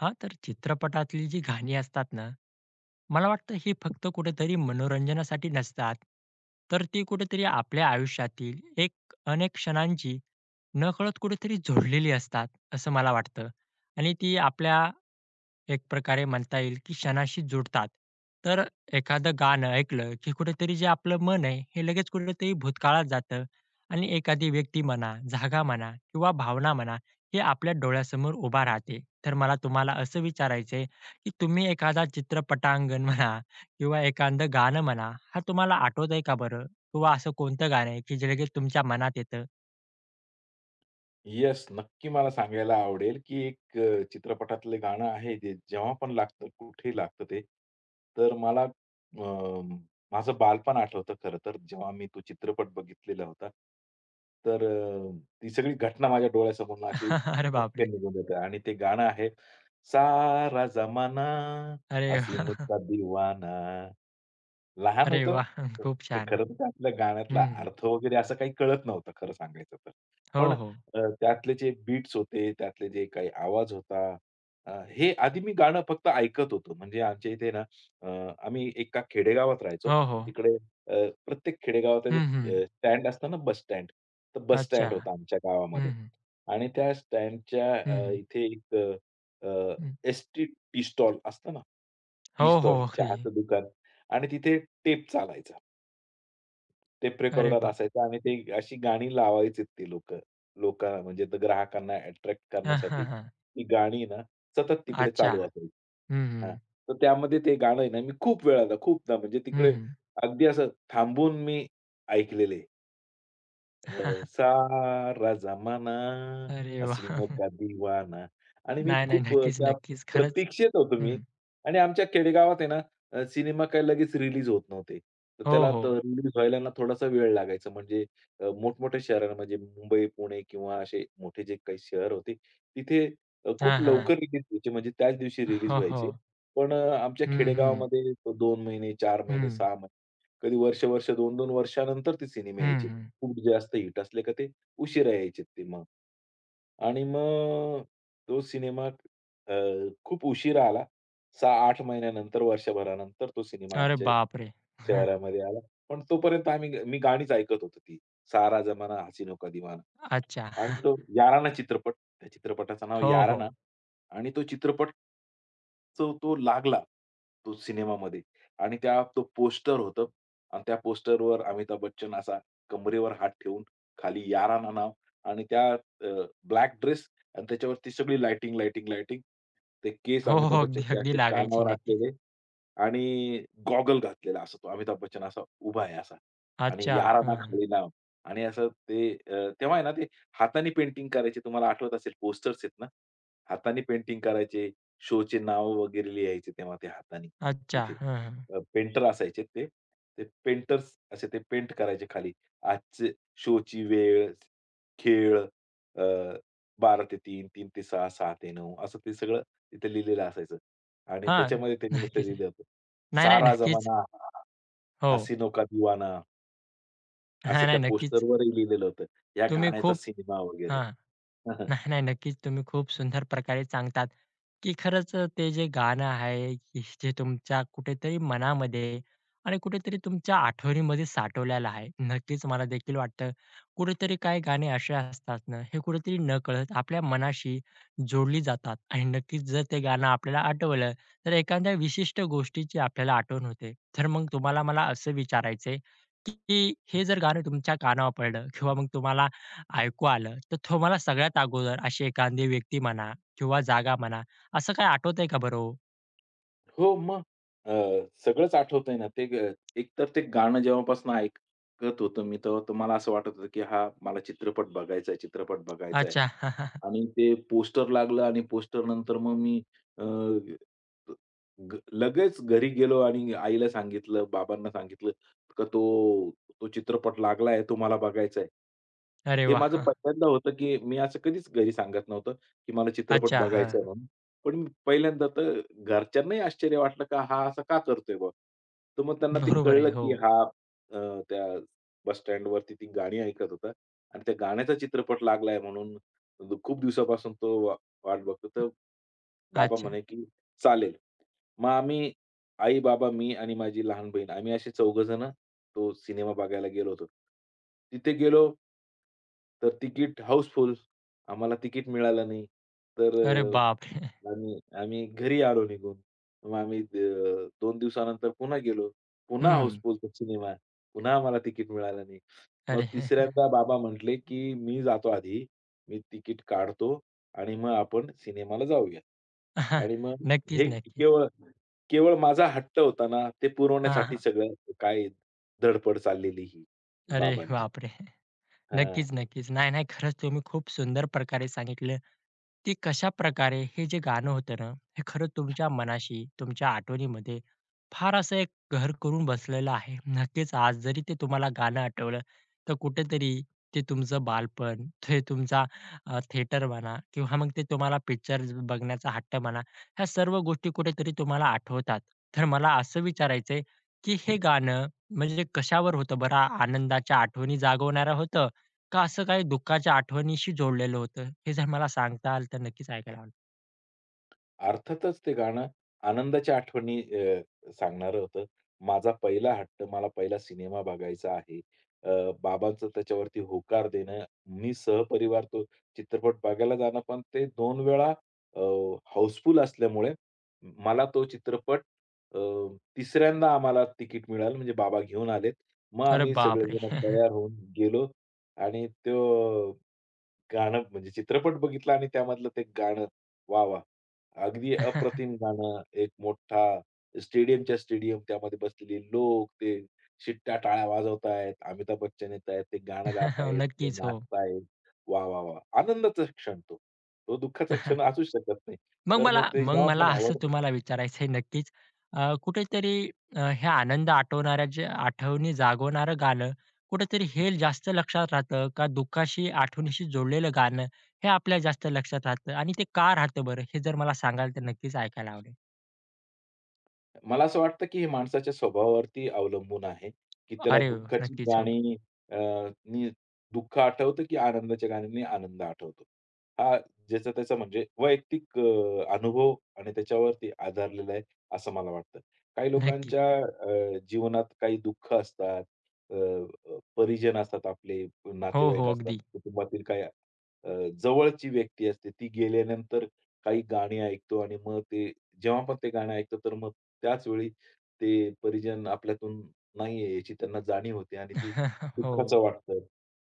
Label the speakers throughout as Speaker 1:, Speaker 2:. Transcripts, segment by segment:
Speaker 1: हा तर चित्रपटातली जी गाणी असतात ना, मला वाटतं ही फक्त कुठेतरी मनोरंजनासाठी नसतात, तर ती कुठेतरी आपल्या आयुष्यातील एक अनेक क्षणांची नकळत कुठेतरी जोडलेली असतात, असं मला वाटतं. आणि ती आपल्या एक प्रकारे म्हणता येईल, की क्षणाशी जुडतात. तर एखादं गाणं ऐकलं, की कुठेतरी जे आपलं मन आहे, हे लगेच कुठेतरी भूतकाळात जातं आणि एखादी व्यक्ती म्हणा, जागा म्हणा किंवा भावना म्हणा, हे आपल्या डोळ्यासमोर उभा राहते. तर मला तुम्हाला असं विचारायचं की तुम्ही एखादा चित्रपटांगण म्हणा किंवा एखादं गाणं म्हणा, हा तुम्हाला आठवतंय का बरं? किंवा असं कोणतं गाणं आहे, की जे लगेच तुमच्या मनात येतं?
Speaker 2: येस, नक्की मला सांगायला आवडेल, की एक चित्रपटातलं गाणं आहे ते जेव्हा पण लागतं, कुठेही लागतं ते. तर मला माझं बालपण आठवतं खरं तर, जेव्हा मी तो चित्रपट बघितलेला होता. तर अ, ती सगळी घटना माझ्या डोळ्यासमोरून अशी
Speaker 1: अरे बापरे!
Speaker 2: पटकन निघून जाते आणि ते गाणं आहे, सारा जमाना
Speaker 1: अरे
Speaker 2: हसीनो
Speaker 1: वाह!
Speaker 2: का दिवाना. लहान
Speaker 1: अरे
Speaker 2: होतो.
Speaker 1: वाह! खूप
Speaker 2: तर
Speaker 1: छान.
Speaker 2: खरं तर त्यातल्या गाण्यातला
Speaker 1: हं,
Speaker 2: अर्थ वगैरे असं काही कळत नव्हतं खरं सांगायचं तर. पण
Speaker 1: हो, हो.
Speaker 2: अ, त्यातले जे बीट्स होते, त्यातले जे काही आवाज होता हे आधी मी गाणं फक्त ऐकत होतो. म्हणजे आमच्या इथे ना अ, आम्ही एका खेडेगावात राहायचो.
Speaker 1: हो, हो.
Speaker 2: तिकडे अ, प्रत्येक खेडेगावात एक
Speaker 1: हं, हं.
Speaker 2: स्टँड असतं ना बस स्टँड. तर बस
Speaker 1: अच्छा.
Speaker 2: स्टँड होता आमच्या गावामध्ये
Speaker 1: हं, हं.
Speaker 2: आणि त्या स्टँडच्या
Speaker 1: हं,
Speaker 2: अ,
Speaker 1: हं.
Speaker 2: इथे एक
Speaker 1: हं.
Speaker 2: एस-टी टी टी स्टॉल असतं ना, टी
Speaker 1: हो, हो.
Speaker 2: स्टॉल
Speaker 1: अगदी.
Speaker 2: चहाचं दुकान आणि तिथे टेप चालायचा. टेप
Speaker 1: अरे
Speaker 2: रेकॉर्डर
Speaker 1: वाह!
Speaker 2: असायचा आणि ते अशी गाणी लावायचेत ते लोकं. लोकां म्हणजे ते ग्राहकांना अट्रॅक्ट
Speaker 1: हां,
Speaker 2: करण्यासाठी
Speaker 1: हां. हां.
Speaker 2: ती गाणी ना सतत तिकडे
Speaker 1: अच्छा.
Speaker 2: चालू असायची.
Speaker 1: हं,
Speaker 2: हां.
Speaker 1: हं.
Speaker 2: तर त्यामध्ये ते गाणं आहे ना, मी खूप वेळाला खूपदा म्हणजे
Speaker 1: हं,
Speaker 2: तिकडे
Speaker 1: हं.
Speaker 2: अगदी असं थांबून मी ऐकलेलं सारा जमाना
Speaker 1: अरे वाह!
Speaker 2: हसीनो का दिवाना आणि मी
Speaker 1: नाही, नाही.
Speaker 2: खूप
Speaker 1: नक्कीच,
Speaker 2: त्या
Speaker 1: नक्कीच. खरंच.
Speaker 2: प्रतीक्षेत होतो.
Speaker 1: हं.
Speaker 2: आणि आमच्या खेडेगावात आहे ना, सिनेमा काही लगेच रिलीज होत नव्हते. तर
Speaker 1: हो,
Speaker 2: त्याला
Speaker 1: हो.
Speaker 2: रिलीज व्हायला ना थोडासा वेळ लागायचा. म्हणजे मोठमोठ्या शहरांना म्हणजे मुंबई, पुणे किंवा असे मोठे जे काही शहर होते, तिथे
Speaker 1: हां,
Speaker 2: खूप
Speaker 1: हां.
Speaker 2: लवकर रिलीज व्हायचे म्हणजे त्याच दिवशी रिलीज
Speaker 1: हो,
Speaker 2: व्हायचे.
Speaker 1: हो.
Speaker 2: पण आमच्या
Speaker 1: हं, हं.
Speaker 2: खेडेगावामध्ये 2 महिने, 4 महिने,
Speaker 1: हं.
Speaker 2: 6 महिने, कधी वर्ष-वर्ष, 2-2 वर्षानंतर ते सिनेमे
Speaker 1: हं,
Speaker 2: यायचे.
Speaker 1: हं.
Speaker 2: खूप जास्त हिट असले का ते उशिरा यायचे ते मग. आणि मग तो सिनेमा अ, खूप उशिरा आला. 6-8 महिन्यानंतर, वर्षभरानंतर तो सिनेमा
Speaker 1: अरे
Speaker 2: आमच्या
Speaker 1: बापरे!
Speaker 2: शहरामध्ये आला. पण तोपर्यंत मी गाणीच ऐकत होतो ती. सारा जमाना हसीनो का दिवाना.
Speaker 1: अच्छा.
Speaker 2: आणि तो याराना चित्रपट, त्या चित्रपटाचं नाव
Speaker 1: हो,
Speaker 2: याराना
Speaker 1: हो.
Speaker 2: आणि तो चित्रपट तो तो लागला, तो सिनेमामध्ये आणि त्या तो पोस्टर होतं आणि त्या पोस्टरवर अमिताभ बच्चन असा कंबरेवर हात ठेवून खाली यारा ना नाव आणि त्या ब्लॅक ड्रेस आणि त्याच्यावरती सगळी लाइटिंग, लाइटिंग, लाइटिंग. ते केस
Speaker 1: हो, हो.
Speaker 2: अमिताभ
Speaker 1: अगदी,
Speaker 2: बच्चनचे
Speaker 1: अगदी
Speaker 2: असे
Speaker 1: लागायची.
Speaker 2: कानावर
Speaker 1: नक्कीच.
Speaker 2: असलेले आणि गॉगल घातलेला असा तो अमिताभ बच्चन असा उभा आहे असा आणि
Speaker 1: अच्छा.
Speaker 2: यारा ना
Speaker 1: हं, हं.
Speaker 2: खाली नाव आणि असं ते तेव्हा आहे ना ते हाताने पेंटिंग करायचे तुम्हाला आठवत असेल पोस्टर्स आहेत ना, हाताने पेंटिंग करायचे. शोचे नाव वगैरे लिहायचे तेव्हा ते हाताने
Speaker 1: अच्छा.
Speaker 2: तिथे.
Speaker 1: हं, हं.
Speaker 2: पेंटर असायचे ते. ते पेंटर्स असे ते पेंट करायचे खाली. आजचे शोची वेळ, खेळ अ, 12:00 ते 3:00, 3:00 ते 6:00, 6:00 ते 9:00 असं ते सगळं तिथे लिहिलेलं असायचं. आणि
Speaker 1: हां.
Speaker 2: त्याच्यामध्ये त्यांनी असं
Speaker 1: नक्कीच.
Speaker 2: लिहिलं होतं,
Speaker 1: नाही, नाही.
Speaker 2: "सारा
Speaker 1: नक्कीच.
Speaker 2: जमाना
Speaker 1: हो.
Speaker 2: हसीनो का दिवाना" असं
Speaker 1: नाही,
Speaker 2: त्या
Speaker 1: नाही. नक्कीच.
Speaker 2: पोस्टरवरही लिहिलेलं होतं. या
Speaker 1: तुम्ही
Speaker 2: गाण्याचा
Speaker 1: खूप
Speaker 2: सिनेमा वगैरे.
Speaker 1: हां.
Speaker 2: हं, हं.
Speaker 1: नाही, नाही. नक्कीच तुम्ही खूप सुंदर प्रकारे सांगतात, की खरंच ते जे गाणं आहे, की जे तुमच्या कुठेतरी मनामध्ये आणि कुठेतरी तुमच्या आठवणीमध्ये साठवलेलं आहे. नक्कीच मला देखील वाटतं, कुठेतरी काही गाणी असे असतात ना, हे कुठेतरी नकळत आपल्या मनाशी जोडली जातात आणि नक्कीच जर ते गाणं आपल्याला आठवलं, तर एखाद्या विशिष्ट गोष्टीची आपल्याला आठवण होते. तर मग तुम्हाला मला असं विचारायचंय, की हे जर गाणं तुमच्या कानावर पडलं किंवा मग तुम्हाला ऐकू आलं, तर तुम्हाला सगळ्यात अगोदर अशी एखादी व्यक्ती म्हणा किंवा जागा म्हणा, असं काही आठवतंय का बरं हो?
Speaker 2: हो, मग अ, सगळंच आठवतंय ना ते. एकतर ते गाणं जेव्हापासून ऐकत होतो मी, तेव्हा तर मला असं वाटत होतं, की हा मला चित्रपट बघायचा आहे, चित्रपट बघायचा
Speaker 1: अच्छा.
Speaker 2: आणि ते पोस्टर लागलं आणि पोस्टरनंतर मग मी अ, ग लगेच घरी गेलो आणि आईला सांगितलं, बाबांना सांगितलं, का "तो चित्रपट लागलाय, तो मला बघायचा आहे."
Speaker 1: अरे
Speaker 2: हे माझं
Speaker 1: वाह!
Speaker 2: पहिल्यांदा होतं, की मी असं कधीच घरी सांगत नव्हतं, की मला चित्रपट
Speaker 1: अच्छा.
Speaker 2: बघायचा आहे
Speaker 1: हां.
Speaker 2: म्हणून. पण मी पहिल्यांदा तर घरच्यांनाही आश्चर्य वाटलं, का हा असं का करतोय बुवा? तर मग त्यांना ते
Speaker 1: बरोबर आहे.
Speaker 2: कळलं,
Speaker 1: हो.
Speaker 2: की हा अ, त्या बस स्टँडवरती ती गाणी ऐकत होता आणि त्या गाण्याचा चित्रपट लागलाय म्हणून म्हणजे खूप दिवसापासून तो वाट बघतो. तर बाबा
Speaker 1: अच्छा.
Speaker 2: म्हणे, की "चालेल." मग आम्ही आई, बाबा, मी आणि माझी लहान बहीण आम्ही असे चौघजणं तो सिनेमा बघायला गेलो होतो. तिथे गेलो तर तिकीट हाऊसफुल. आम्हाला तिकीट मिळालं नाही. तर
Speaker 1: अरे बापरे!
Speaker 2: अ, आम्ही आम्ही घरी आलो निघून. मग आम्ही 2 दिवसानंतर पुन्हा गेलो.
Speaker 1: हं,
Speaker 2: पुन्हा
Speaker 1: हं.
Speaker 2: हाऊसफुल तो सिनेमा. पुन्हा आम्हाला तिकीट मिळालं नाही. मग
Speaker 1: अरे
Speaker 2: तिसऱ्यांदा बाबा म्हटले, की "मी जातो आधी. मी तिकीट काढतो आणि मग आपण सिनेमाला जाऊया." आणि मग हे
Speaker 1: नक्कीच, नक्कीच.
Speaker 2: केवळ केवळ माझा हट्ट होता ना, ते
Speaker 1: हां,
Speaker 2: पुरवण्यासाठी
Speaker 1: हां.
Speaker 2: सगळं काय धडपड चाललेली ही
Speaker 1: अरे
Speaker 2: बाबांची.
Speaker 1: बापरे!
Speaker 2: हां.
Speaker 1: नक्कीच, नक्कीच. नाही, नाही. खरंच तुम्ही खूप सुंदर प्रकारे सांगितलं, की कशा प्रकारे हे जे गाणं होतं ना, हे खरंच तुमच्या मनाशी, तुमच्या आठवणीमध्ये फार असं एक घर करून बसलेलं आहे. नक्कीच आज जरी ते तुम्हाला गाणं आठवलं, तर कुठेतरी ते तुमचं बालपण, ते तुमचा थिएटर म्हणा किंवा मग ते तुम्हाला पिक्चर बघण्याचा हट्ट म्हणा, ह्या सर्व गोष्टी कुठेतरी तुम्हाला आठवतात. तर मला असं विचारायचंय, की हे गाणं म्हणजे कशावर होतं बरं? आनंदाच्या आठवणी जागवणारं होतं का असं काही दुःखाच्या आठवणीशी जोडलेलं होतं? हे जर मला सांगता आलं तर नक्कीच ऐकायला आवडेल.
Speaker 2: अर्थातच ते गाणं आनंदाच्या आठवणी सांगणारं होतं. माझा पहिला हट्ट, मला पहिला सिनेमा बघायचा आहे. बाबांचं त्याच्यावरती होकार देणं, मी सहपरिवार तो चित्रपट बघायला जाणं, पण ते 2 वेळा अ, हाऊसफुल असल्यामुळे मला तो चित्रपट अ, तिसऱ्यांदा आम्हाला तिकीट मिळालं म्हणजे बाबा घेऊन आलेत. मग
Speaker 1: अरे
Speaker 2: आम्ही
Speaker 1: बापरे!
Speaker 2: सगळेजण तयार होऊन गेलो आणि तो गाणं म्हणजे चित्रपट बघितला आणि त्यामधलं ते गाणं. वाह! वाह! अगदी अप्रतिम गाणं. एक मोठा स्टेडियमच्या स्टेडियम त्यामध्ये बसलेले लोक, ते शिट्ट्या, टाळ्या वाजवतायत. अमिताभ बच्चन येत आहेत, ते गाणं
Speaker 1: हो,
Speaker 2: गातायत, ते
Speaker 1: नक्कीच हो.
Speaker 2: नाचतायत. वाह! वाह! वाह! आनंदाचा क्षण तो. तो दुःखाचा क्षण असूच शकत नाही.
Speaker 1: मग
Speaker 2: तर
Speaker 1: मला
Speaker 2: मग ते
Speaker 1: मग
Speaker 2: जेव्हा
Speaker 1: मला
Speaker 2: पण
Speaker 1: असं
Speaker 2: आवडतं
Speaker 1: तुम्हाला विचारायचंय नक्कीच कुठेतरी हे आनंद आठवणाऱ्या जे आठवणी जागवणारं गाणं कुठेतरी हे जास्त लक्षात राहतं का दुःखाशी आठवणीशी जोडलेलं गाणं हे आपल्या जास्त लक्षात राहतं आणि ते का राहतं बरं? हे जर मला सांगाल तर नक्कीच ऐकायला आवडेल.
Speaker 2: मला असं वाटतं, की हे माणसाच्या स्वभावावरती अवलंबून आहे, की त्याला
Speaker 1: अरे वाह!
Speaker 2: दुःखाची
Speaker 1: नक्कीच हो.
Speaker 2: गाणी अ, नी दुःख आठवतं, की आनंदाच्या गाण्यांनी आनंद आठवतो. हा ज्याचा त्याचा म्हणजे वैयक्तिक अनुभव आणि त्याच्यावरती आधारलेला आहे, असं मला वाटतं. काही
Speaker 1: नक्कीच.
Speaker 2: लोकांच्या जीवनात काही दुःख असतात, अ, अ, परिजन असतात आपले,
Speaker 1: हो,
Speaker 2: नातेवाईक
Speaker 1: हो.
Speaker 2: असतात,
Speaker 1: अगदी.
Speaker 2: कुटुंबातील काही अ, जवळची व्यक्ती असते, ती गेल्यानंतर काही गाणी ऐकतो आणि मग ते जेव्हा पण ते गाणं ऐकतो, तर मग त्याच वेळी ते परिजन आपल्यातून नाहीये याची त्यांना जाणीव होते आणि ती
Speaker 1: हो.
Speaker 2: दुःखाचं वाटतं.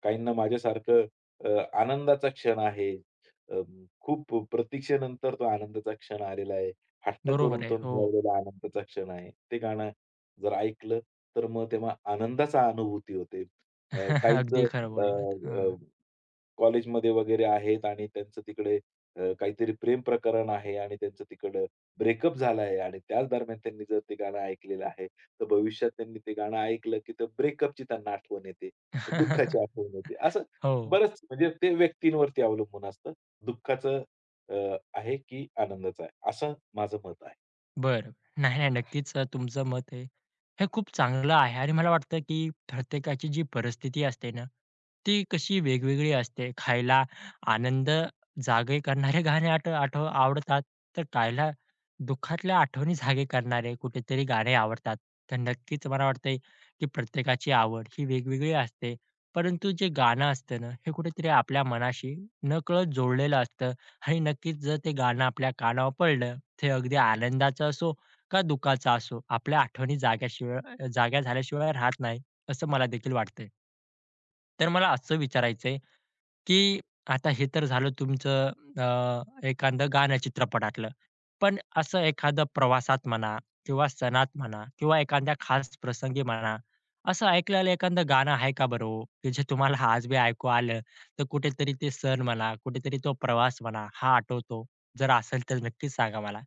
Speaker 2: काहींना माझ्यासारखं अ, आनंदाचा क्षण आहे. अ, खूप प्रतीक्षेनंतर तो आनंदाचा क्षण आलेला आहे. हट्ट करून
Speaker 1: बरोबर आहे.
Speaker 2: तो
Speaker 1: हो.
Speaker 2: मिळवलेला आनंदाचा क्षण आहे. ते गाणं जर ऐकलं, तर मग तेव्हा आनंदाचा अनुभूती होते. अ,
Speaker 1: अगदी खरं बोललात. हां.
Speaker 2: कॉलेजमध्ये वगैरे आहेत आणि त्यांचं तिकडे काहीतरी प्रेम प्रकरण आहे आणि त्यांचं तिकडं ब्रेकअप झाला आहे आणि त्याच दरम्यान त्यांनी जर ते गाणं ऐकलेलं आहे, तर भविष्यात त्यांनी ते गाणं ऐकलं, की तर ब्रेकअपची त्यांना आठवण येते, दुःखाची आठवण येते. असं
Speaker 1: हो.
Speaker 2: बरंच म्हणजे ते व्यक्तींवरती अवलंबून असतं. दुःखाचं अ, आहे की आनंदाचं आहे, असं माझं मत आहे.
Speaker 1: बरं. नाही, नाही. नक्कीच तुमचं मत आहे. हे खूप चांगलं आहे आणि मला वाटतं, की प्रत्येकाची जी परिस्थिती असते ना, ती कशी वेगवेगळी असते. खायला आनंद जागे करणारे गाणे आठ आठ आवडतात, तर कायला दुःखातल्या आठवणी जागे करणारे कुठेतरी गाणे आवडतात. तर नक्कीच मला वाटतंय, की प्रत्येकाची आवड ही वेगवेगळी असते. परंतु जे गाणं असतं ना, हे कुठेतरी आपल्या मनाशी नकळत जोडलेलं असतं आणि नक्कीच जर ते गाणं आपल्या कानावर पडलं ते अगदी आनंदाचा असो का दुःखाचा असो, आपल्या आठवणी जाग्या झाल्याशिवाय राहत नाही, असं मला देखील वाटतंय. तर मला असं विचारायचंय, की आता हे तर झालं तुमचं एखादं गाणं चित्रपटातलं. पण असं एखादं प्रवासात म्हणा किंवा सणात म्हणा किंवा एखाद्या खास प्रसंगी म्हणा, असं ऐकलेलं एखादं गाणं आहे का बरं हो? की जे तुम्हाला आज बी ऐकू आलं, तर कुठेतरी ते सण म्हणा, कुठेतरी तो प्रवास म्हणा, हा आठवतो? जर असेल तर नक्कीच सांगा मला.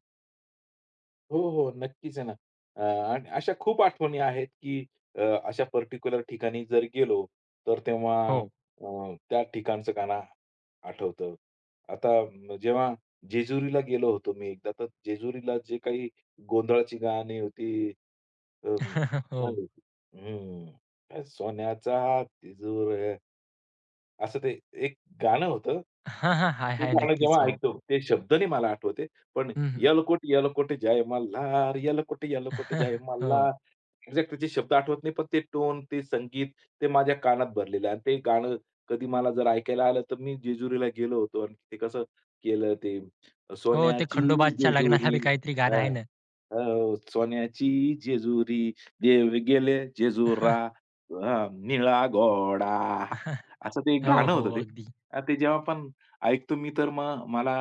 Speaker 2: हो, हो. नक्कीच आहे ना. अ, आणि अशा खूप आठवणी आहेत, की अ, अशा पर्टिक्युलर ठिकाणी जर गेलो, तर तेव्हा
Speaker 1: हो.
Speaker 2: अ, त्या ठिकाणचं गाणं आठवतं. आता जेव्हा जेजुरीला गेलो होतो मी एकदा, तर जेजुरीला जे काही गोंधळाची गाणी होती, अं, काय
Speaker 1: हो.
Speaker 2: होती? हं, सोन्याचा तिजूर असं ते एक गाणं होतं.
Speaker 1: हां, हां. आहे,
Speaker 2: ते
Speaker 1: आहे.
Speaker 2: गाणं
Speaker 1: नक्कीच.
Speaker 2: जेव्हा
Speaker 1: हो.
Speaker 2: ऐकतो, ते शब्द नाही मला आठवत पण
Speaker 1: हं, हं.
Speaker 2: "यलकोट, यलकोट जय मल्हार, यलकोट, यलकोट जय
Speaker 1: हो.
Speaker 2: मल्हार." एक्झॅक्ट त्याचे शब्द आठवत नाही, पण ते टोन, ते संगीत, ते माझ्या कानात भरलेलं आहे. आणि ते गाणं कधी मला जर ऐकायला आलं, तर मी जेजुरीला गेलो होतो आणि ते कसं केलं ते
Speaker 1: हो. ते
Speaker 2: "सोन्याची
Speaker 1: खंडोबाच्या लग्नाला
Speaker 2: जेजुरी
Speaker 1: बी काहीतरी गाणं
Speaker 2: हां,
Speaker 1: आहे ना.
Speaker 2: हो, सोन्याची जेजुरी, देव गेले जेजुरा, हां, निळा घोडा." असं ते
Speaker 1: हो,
Speaker 2: गाणं
Speaker 1: हो.
Speaker 2: होतं ते.
Speaker 1: अगदी.
Speaker 2: आणि ते जेव्हा पण ऐकतो मी, तर मग मला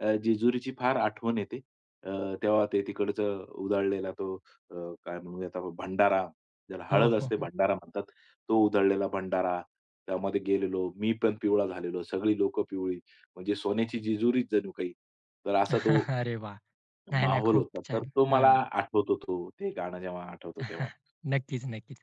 Speaker 2: अ, जेजुरीची फार आठवण येते. अ, तेव्हा ते तिकडचं उधळलेला तो अ, काय म्हणूया आता भंडारा, ज्याला
Speaker 1: हो,
Speaker 2: हळद
Speaker 1: हो.
Speaker 2: असते भंडारा म्हणतात. तो उधळलेला भंडारा, त्यामध्ये गेलेलो. मी पण पिवळा झालेलो, सगळी लोकं पिवळी. म्हणजे सोन्याची जेजुरीच जणू काही. तर असा तो
Speaker 1: अरे वाह! नाही, नाही.
Speaker 2: माहोल
Speaker 1: खूप
Speaker 2: होता. तर
Speaker 1: छान.
Speaker 2: तो मला
Speaker 1: हं.
Speaker 2: आठवतो तो, ते गाणं जेव्हा आठवतं तेव्हा.
Speaker 1: नक्कीच, नक्कीच.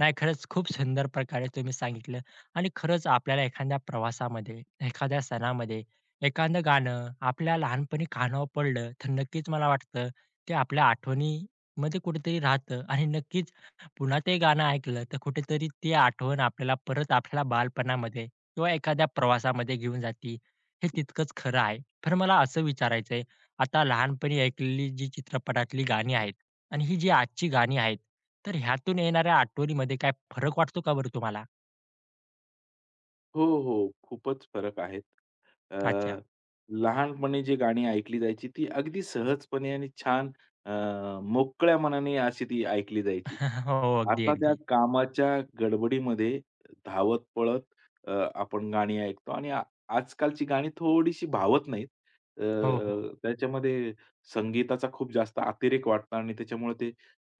Speaker 1: नाही खरंच खूप सुंदर प्रकारे तुम्ही सांगितलं आणि खरंच आपल्याला एखाद्या प्रवासामध्ये, एखाद्या सणामध्ये एखादं गाणं आपल्या लहानपणी कानावर पडलं, तर नक्कीच मला वाटतं ते आपल्या आठवणीमध्ये कुठेतरी राहतं आणि नक्कीच पुन्हा ते गाणं ऐकलं, तर कुठेतरी ती आठवण आपल्याला परत आपल्या बालपणामध्ये किंवा एखाद्या प्रवासामध्ये घेऊन जाते. हे तितकंच खरं आहे. तर मला असं विचारायचंय, आता लहानपणी ऐकलेली जी चित्रपटातली गाणी आहेत आणि ही जी आजची गाणी आहेत, तर ह्यातून येणाऱ्या आठवणीमध्ये काय फरक वाटतो का बरं तुम्हाला?
Speaker 2: हो, हो. खूपच फरक आहेत. अ,
Speaker 1: अच्छा.
Speaker 2: लहानपणी जी गाणी ऐकली जायची ती अगदी सहजपणे आणि छान अ, मोकळ्या मनाने अशी ती ऐकली जायची.
Speaker 1: हो, अगदी,
Speaker 2: आता त्या
Speaker 1: अगदी.
Speaker 2: कामाच्या गडबडीमध्ये धावत-पळत आपण गाणी ऐकतो आणि आजकालची गाणी थोडीशी भावत नाहीत.
Speaker 1: हो, हो.
Speaker 2: अ, त्याच्यामध्ये संगीताचा खूप जास्त अतिरेक वाटतो आणि त्याच्यामुळे ते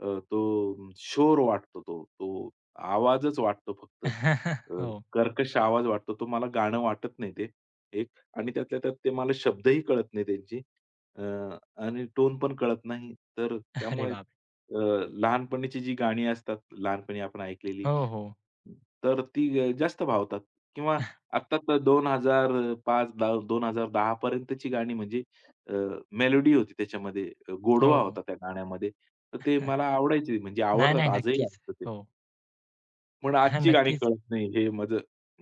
Speaker 2: अ, तो शोर वाटतो तो. तो आवाजच वाटतो फक्त.
Speaker 1: हो.
Speaker 2: कर्कश आवाज वाटतो. तो मला गाणं वाटत नाही ते एक आणि त्यातल्या त्यात ते मला शब्दही कळत नाही त्यांची अ, आणि टोन पण कळत नाही. तर
Speaker 1: अरे
Speaker 2: त्यामुळे
Speaker 1: बापरे!
Speaker 2: अ, लहानपणीची जी गाणी असतात, लहानपणी आपण ऐकलेली,
Speaker 1: हो, हो.
Speaker 2: तर ती जास्त भावतात किंवा आत्ता तर 2005 दा 2010 पर्यंतची गाणी म्हणजे मेलोडी होती त्याच्यामध्ये,
Speaker 1: हो,
Speaker 2: गोडवा
Speaker 1: हो.
Speaker 2: होता त्या गाण्यामध्ये. तर ते मला आवडायचे म्हणजे
Speaker 1: नाही,
Speaker 2: आवडतात
Speaker 1: नाही.
Speaker 2: आजही
Speaker 1: नक्कीच.
Speaker 2: ऐकतो
Speaker 1: हो.
Speaker 2: पण आजची गाणी
Speaker 1: नक्कीच.
Speaker 2: कळत नाही हे माझं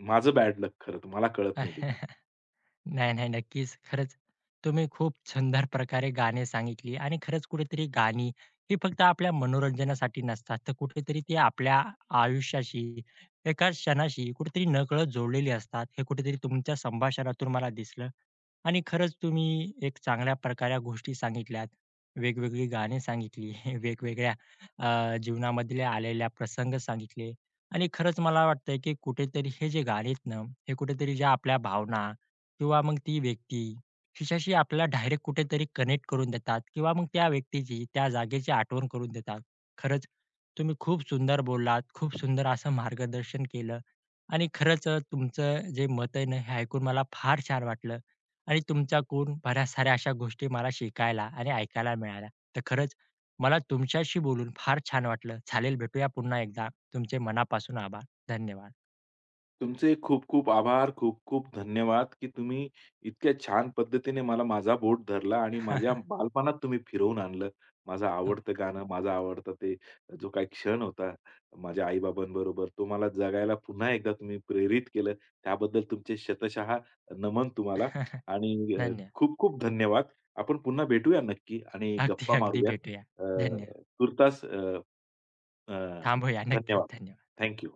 Speaker 2: माझं बॅड लक खरं तर. मला कळत नाही ती गाणी.
Speaker 1: नाही, नाही. नक्कीच. खरंच तुम्ही खूप सुंदर प्रकारे गाणी सांगितली आणि खरंच कुठेतरी गाणी ही फक्त आपल्या मनोरंजनासाठी नसतात, तर कुठेतरी ती आपल्या आयुष्याशी, एका क्षणाशी कुठेतरी नकळत जोडलेली असतात. हे कुठेतरी तुमच्या संभाषणातून मला दिसलं. आणि खरंच तुम्ही एक चांगल्या प्रकारे गोष्टी सांगितल्यात. वेगवेगळी गाणी सांगितली, वेगवेगळ्या जीवनामधले आलेल्या प्रसंग सांगितले आणि खरंच मला वाटतंय, की कुठेतरी हे जे गाणी आहेत ना, हे कुठेतरी ज्या आपल्या भावना किंवा मग ती व्यक्ती हिच्याशी आपल्याला डायरेक्ट कुठेतरी कनेक्ट करून देतात किंवा मग त्या व्यक्तीची, त्या जागेची आठवण करून देतात. खरंच तुम्ही खूप सुंदर बोललात, खूप सुंदर असं मार्गदर्शन केलं आणि खरंच तुमचं जे मत आहे ना, हे ऐकून मला फार छान वाटलं. आणि तुमच्याकडून बऱ्याच साऱ्या अशा गोष्टी मला शिकायला आणि ऐकायला मिळाल्या. तर खरंच मला तुमच्याशी बोलून फार छान वाटलं. चालेल भेटूया पुन्हा एकदा. तुमचे मनापासून आभार. धन्यवाद.
Speaker 2: तुमचे खूप खूप आभार, खूप-खूप धन्यवाद, की तुम्ही इतक्या छान पद्धतीने मला माझा बोट धरला आणि माझ्या बालपणात तुम्ही फिरवून आणलं. माझं
Speaker 1: हो.
Speaker 2: आवडतं गाणं, माझा आवडता ते जो काही क्षण होता माझ्या आई-बाबांबरोबर, तो मला जगायला पुन्हा एकदा तुम्ही प्रेरित केलं. त्याबद्दल तुमचे शतशः नमन तुम्हाला आणि
Speaker 1: धन्यवाद.
Speaker 2: खूप खूप धन्यवाद. आपण पुन्हा भेटूया नक्की आणि
Speaker 1: अगदी,
Speaker 2: गप्पा
Speaker 1: अगदी
Speaker 2: मारूयात.
Speaker 1: भेटूया. धन्यवाद.
Speaker 2: अ, तूर्तास अ अ,
Speaker 1: थांबूया. नक्की.
Speaker 2: धन्यवाद.
Speaker 1: धन्यवाद.
Speaker 2: Thank you.